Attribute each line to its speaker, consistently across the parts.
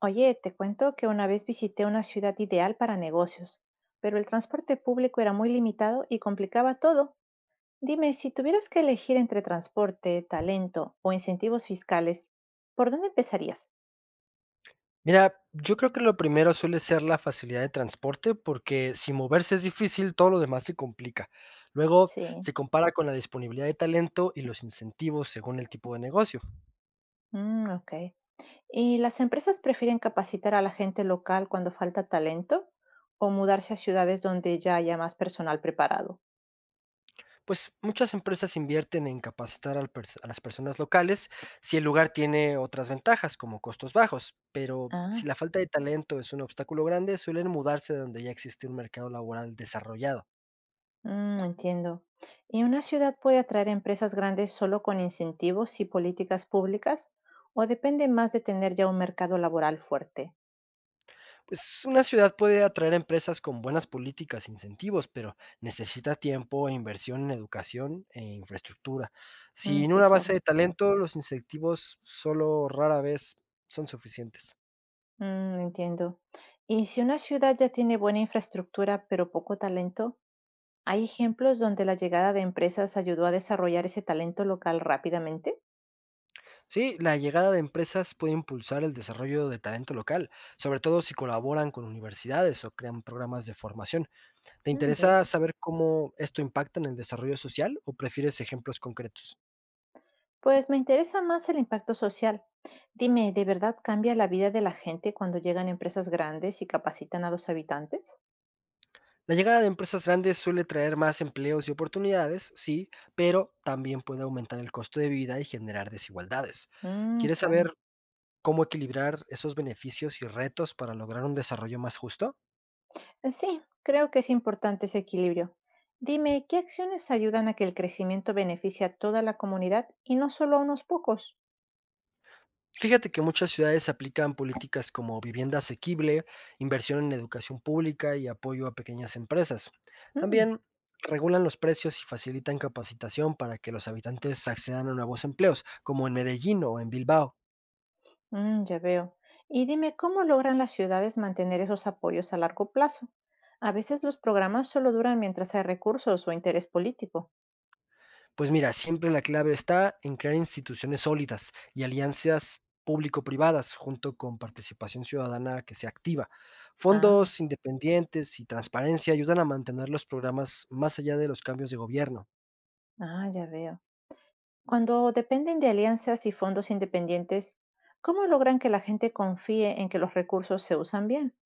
Speaker 1: Oye, te cuento que una vez visité una ciudad ideal para negocios, pero el transporte público era muy limitado y complicaba todo. Dime, si tuvieras que elegir entre transporte, talento o incentivos fiscales, ¿por dónde empezarías?
Speaker 2: Mira, yo creo que lo primero suele ser la facilidad de transporte, porque si moverse es difícil, todo lo demás se complica. Luego
Speaker 1: Sí,
Speaker 2: se compara con la disponibilidad de talento y los incentivos según el tipo de negocio.
Speaker 1: mm, ok. ¿Y las empresas prefieren capacitar a la gente local cuando falta talento o mudarse a ciudades donde ya haya más personal preparado?
Speaker 2: Pues muchas empresas invierten en capacitar al a las personas locales si el lugar tiene otras ventajas, como costos bajos, pero si
Speaker 1: Ah.
Speaker 2: la falta de talento es un obstáculo grande, suelen mudarse de donde ya existe un mercado laboral desarrollado.
Speaker 1: Mm, entiendo. ¿Y una ciudad puede atraer empresas grandes solo con incentivos y políticas públicas? ¿O depende más de tener ya un mercado laboral fuerte?
Speaker 2: Pues una ciudad puede atraer empresas con buenas políticas e incentivos, pero necesita tiempo e inversión en educación e infraestructura.
Speaker 1: Mm,
Speaker 2: Sin
Speaker 1: sí,
Speaker 2: una base
Speaker 1: claro.
Speaker 2: de talento, los incentivos solo rara vez son suficientes.
Speaker 1: Mm, entiendo. ¿Y si una ciudad ya tiene buena infraestructura pero poco talento? ¿Hay ejemplos donde la llegada de empresas ayudó a desarrollar ese talento local rápidamente?
Speaker 2: Sí, la llegada de empresas puede impulsar el desarrollo de talento local, sobre todo si colaboran con universidades o crean programas de formación. ¿Te
Speaker 1: Mm, veo.
Speaker 2: interesa saber cómo esto impacta en el desarrollo social o prefieres ejemplos concretos?
Speaker 1: Pues me interesa más el impacto social. Dime, ¿de verdad cambia la vida de la gente cuando llegan empresas grandes y capacitan a los habitantes?
Speaker 2: La llegada de empresas grandes suele traer más empleos y oportunidades, sí, pero también puede aumentar el costo de vida y generar desigualdades.
Speaker 1: Mm,
Speaker 2: ¿Quieres
Speaker 1: claro.
Speaker 2: saber cómo equilibrar esos beneficios y retos para lograr un desarrollo más justo?
Speaker 1: Sí, creo que es importante ese equilibrio. Dime, ¿qué acciones ayudan a que el crecimiento beneficie a toda la comunidad y no solo a unos pocos?
Speaker 2: Fíjate que muchas ciudades aplican políticas como vivienda asequible, inversión en educación pública y apoyo a pequeñas empresas.
Speaker 1: Mm,
Speaker 2: También regulan los precios y facilitan capacitación para que los habitantes accedan a nuevos empleos, como en Medellín o en Bilbao.
Speaker 1: mm, ya veo. Y dime, ¿cómo logran las ciudades mantener esos apoyos a largo plazo? A veces los programas solo duran mientras hay recursos o interés político.
Speaker 2: Pues mira, siempre la clave está en crear instituciones sólidas y alianzas público-privadas, junto con participación ciudadana que sea activa.
Speaker 1: Ah,
Speaker 2: Fondos independientes y transparencia ayudan a mantener los programas más allá de los cambios de gobierno.
Speaker 1: ah, ya veo. Cuando dependen de alianzas y fondos independientes, ¿cómo logran que la gente confíe en que los recursos se usan bien?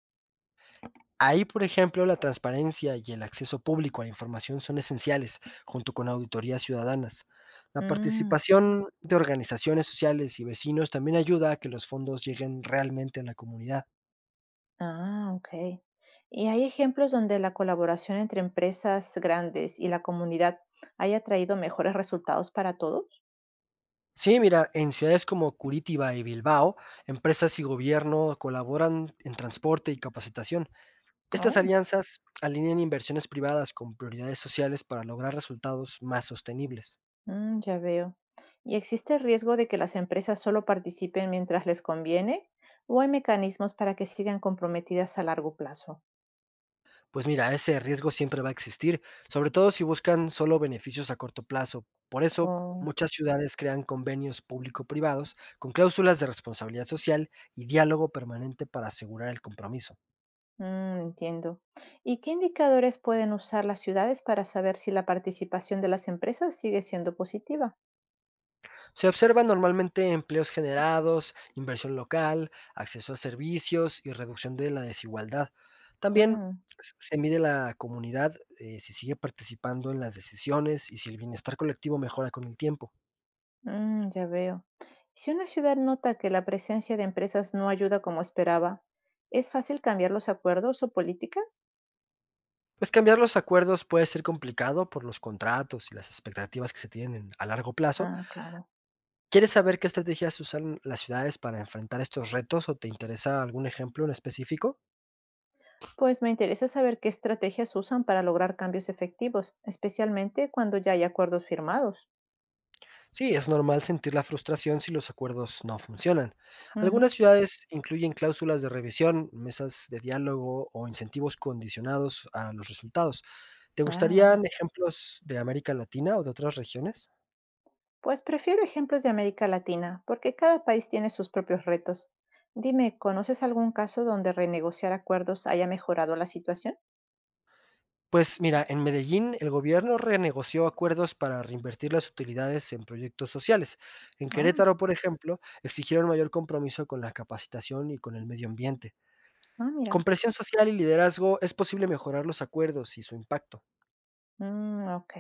Speaker 2: Ahí, por ejemplo, la transparencia y el acceso público a la información son esenciales, junto con auditorías ciudadanas. La
Speaker 1: Mm.
Speaker 2: participación de organizaciones sociales y vecinos también ayuda a que los fondos lleguen realmente a la comunidad.
Speaker 1: Ah, ok. ¿Y hay ejemplos donde la colaboración entre empresas grandes y la comunidad haya traído mejores resultados para todos?
Speaker 2: Sí, mira, en ciudades como Curitiba y Bilbao, empresas y gobierno colaboran en transporte y capacitación. Estas
Speaker 1: Oh,
Speaker 2: alianzas alinean inversiones privadas con prioridades sociales para lograr resultados más sostenibles.
Speaker 1: mm, ya veo. ¿Y existe el riesgo de que las empresas solo participen mientras les conviene? ¿O hay mecanismos para que sigan comprometidas a largo plazo?
Speaker 2: Pues mira, ese riesgo siempre va a existir, sobre todo si buscan solo beneficios a corto plazo. Por eso,
Speaker 1: Oh,
Speaker 2: muchas ciudades crean convenios público-privados con cláusulas de responsabilidad social y diálogo permanente para asegurar el compromiso.
Speaker 1: mm, entiendo. ¿Y qué indicadores pueden usar las ciudades para saber si la participación de las empresas sigue siendo positiva?
Speaker 2: Se observa normalmente empleos generados, inversión local, acceso a servicios y reducción de la desigualdad. También
Speaker 1: Mm.
Speaker 2: se mide la comunidad, si sigue participando en las decisiones y si el bienestar colectivo mejora con el tiempo.
Speaker 1: Mm, ya veo. Si una ciudad nota que la presencia de empresas no ayuda como esperaba, ¿es fácil cambiar los acuerdos o políticas?
Speaker 2: Pues cambiar los acuerdos puede ser complicado por los contratos y las expectativas que se tienen a largo plazo.
Speaker 1: Ah, claro.
Speaker 2: ¿Quieres saber qué estrategias usan las ciudades para enfrentar estos retos o te interesa algún ejemplo en específico?
Speaker 1: Pues me interesa saber qué estrategias usan para lograr cambios efectivos, especialmente cuando ya hay acuerdos firmados.
Speaker 2: Sí, es normal sentir la frustración si los acuerdos no funcionan.
Speaker 1: Ujú.
Speaker 2: Algunas ciudades incluyen cláusulas de revisión, mesas de diálogo o incentivos condicionados a los resultados. ¿Te
Speaker 1: Ah,
Speaker 2: gustarían
Speaker 1: vaya.
Speaker 2: ejemplos de América Latina o de otras regiones?
Speaker 1: Pues prefiero ejemplos de América Latina, porque cada país tiene sus propios retos. Dime, ¿conoces algún caso donde renegociar acuerdos haya mejorado la situación?
Speaker 2: Pues mira, en Medellín el gobierno renegoció acuerdos para reinvertir las utilidades en proyectos sociales. En
Speaker 1: Ah,
Speaker 2: Querétaro, por ejemplo, exigieron mayor compromiso con la capacitación y con el medio ambiente.
Speaker 1: ah, mira.
Speaker 2: Con presión social y liderazgo es posible mejorar los acuerdos y su impacto.
Speaker 1: Mm, ok.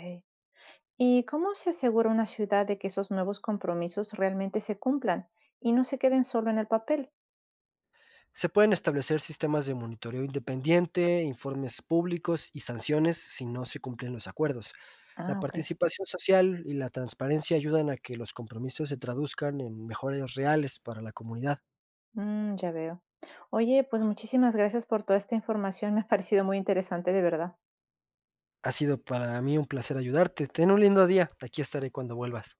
Speaker 1: ¿Y cómo se asegura una ciudad de que esos nuevos compromisos realmente se cumplan y no se queden solo en el papel?
Speaker 2: Se pueden establecer sistemas de monitoreo independiente, informes públicos y sanciones si no se cumplen los acuerdos. La
Speaker 1: Ah, ok.
Speaker 2: participación social y la transparencia ayudan a que los compromisos se traduzcan en mejoras reales para la comunidad.
Speaker 1: Mm, ya veo. Oye, pues muchísimas gracias por toda esta información. Me ha parecido muy interesante, de verdad.
Speaker 2: Ha sido para mí un placer ayudarte. Ten un lindo día. Aquí estaré cuando vuelvas.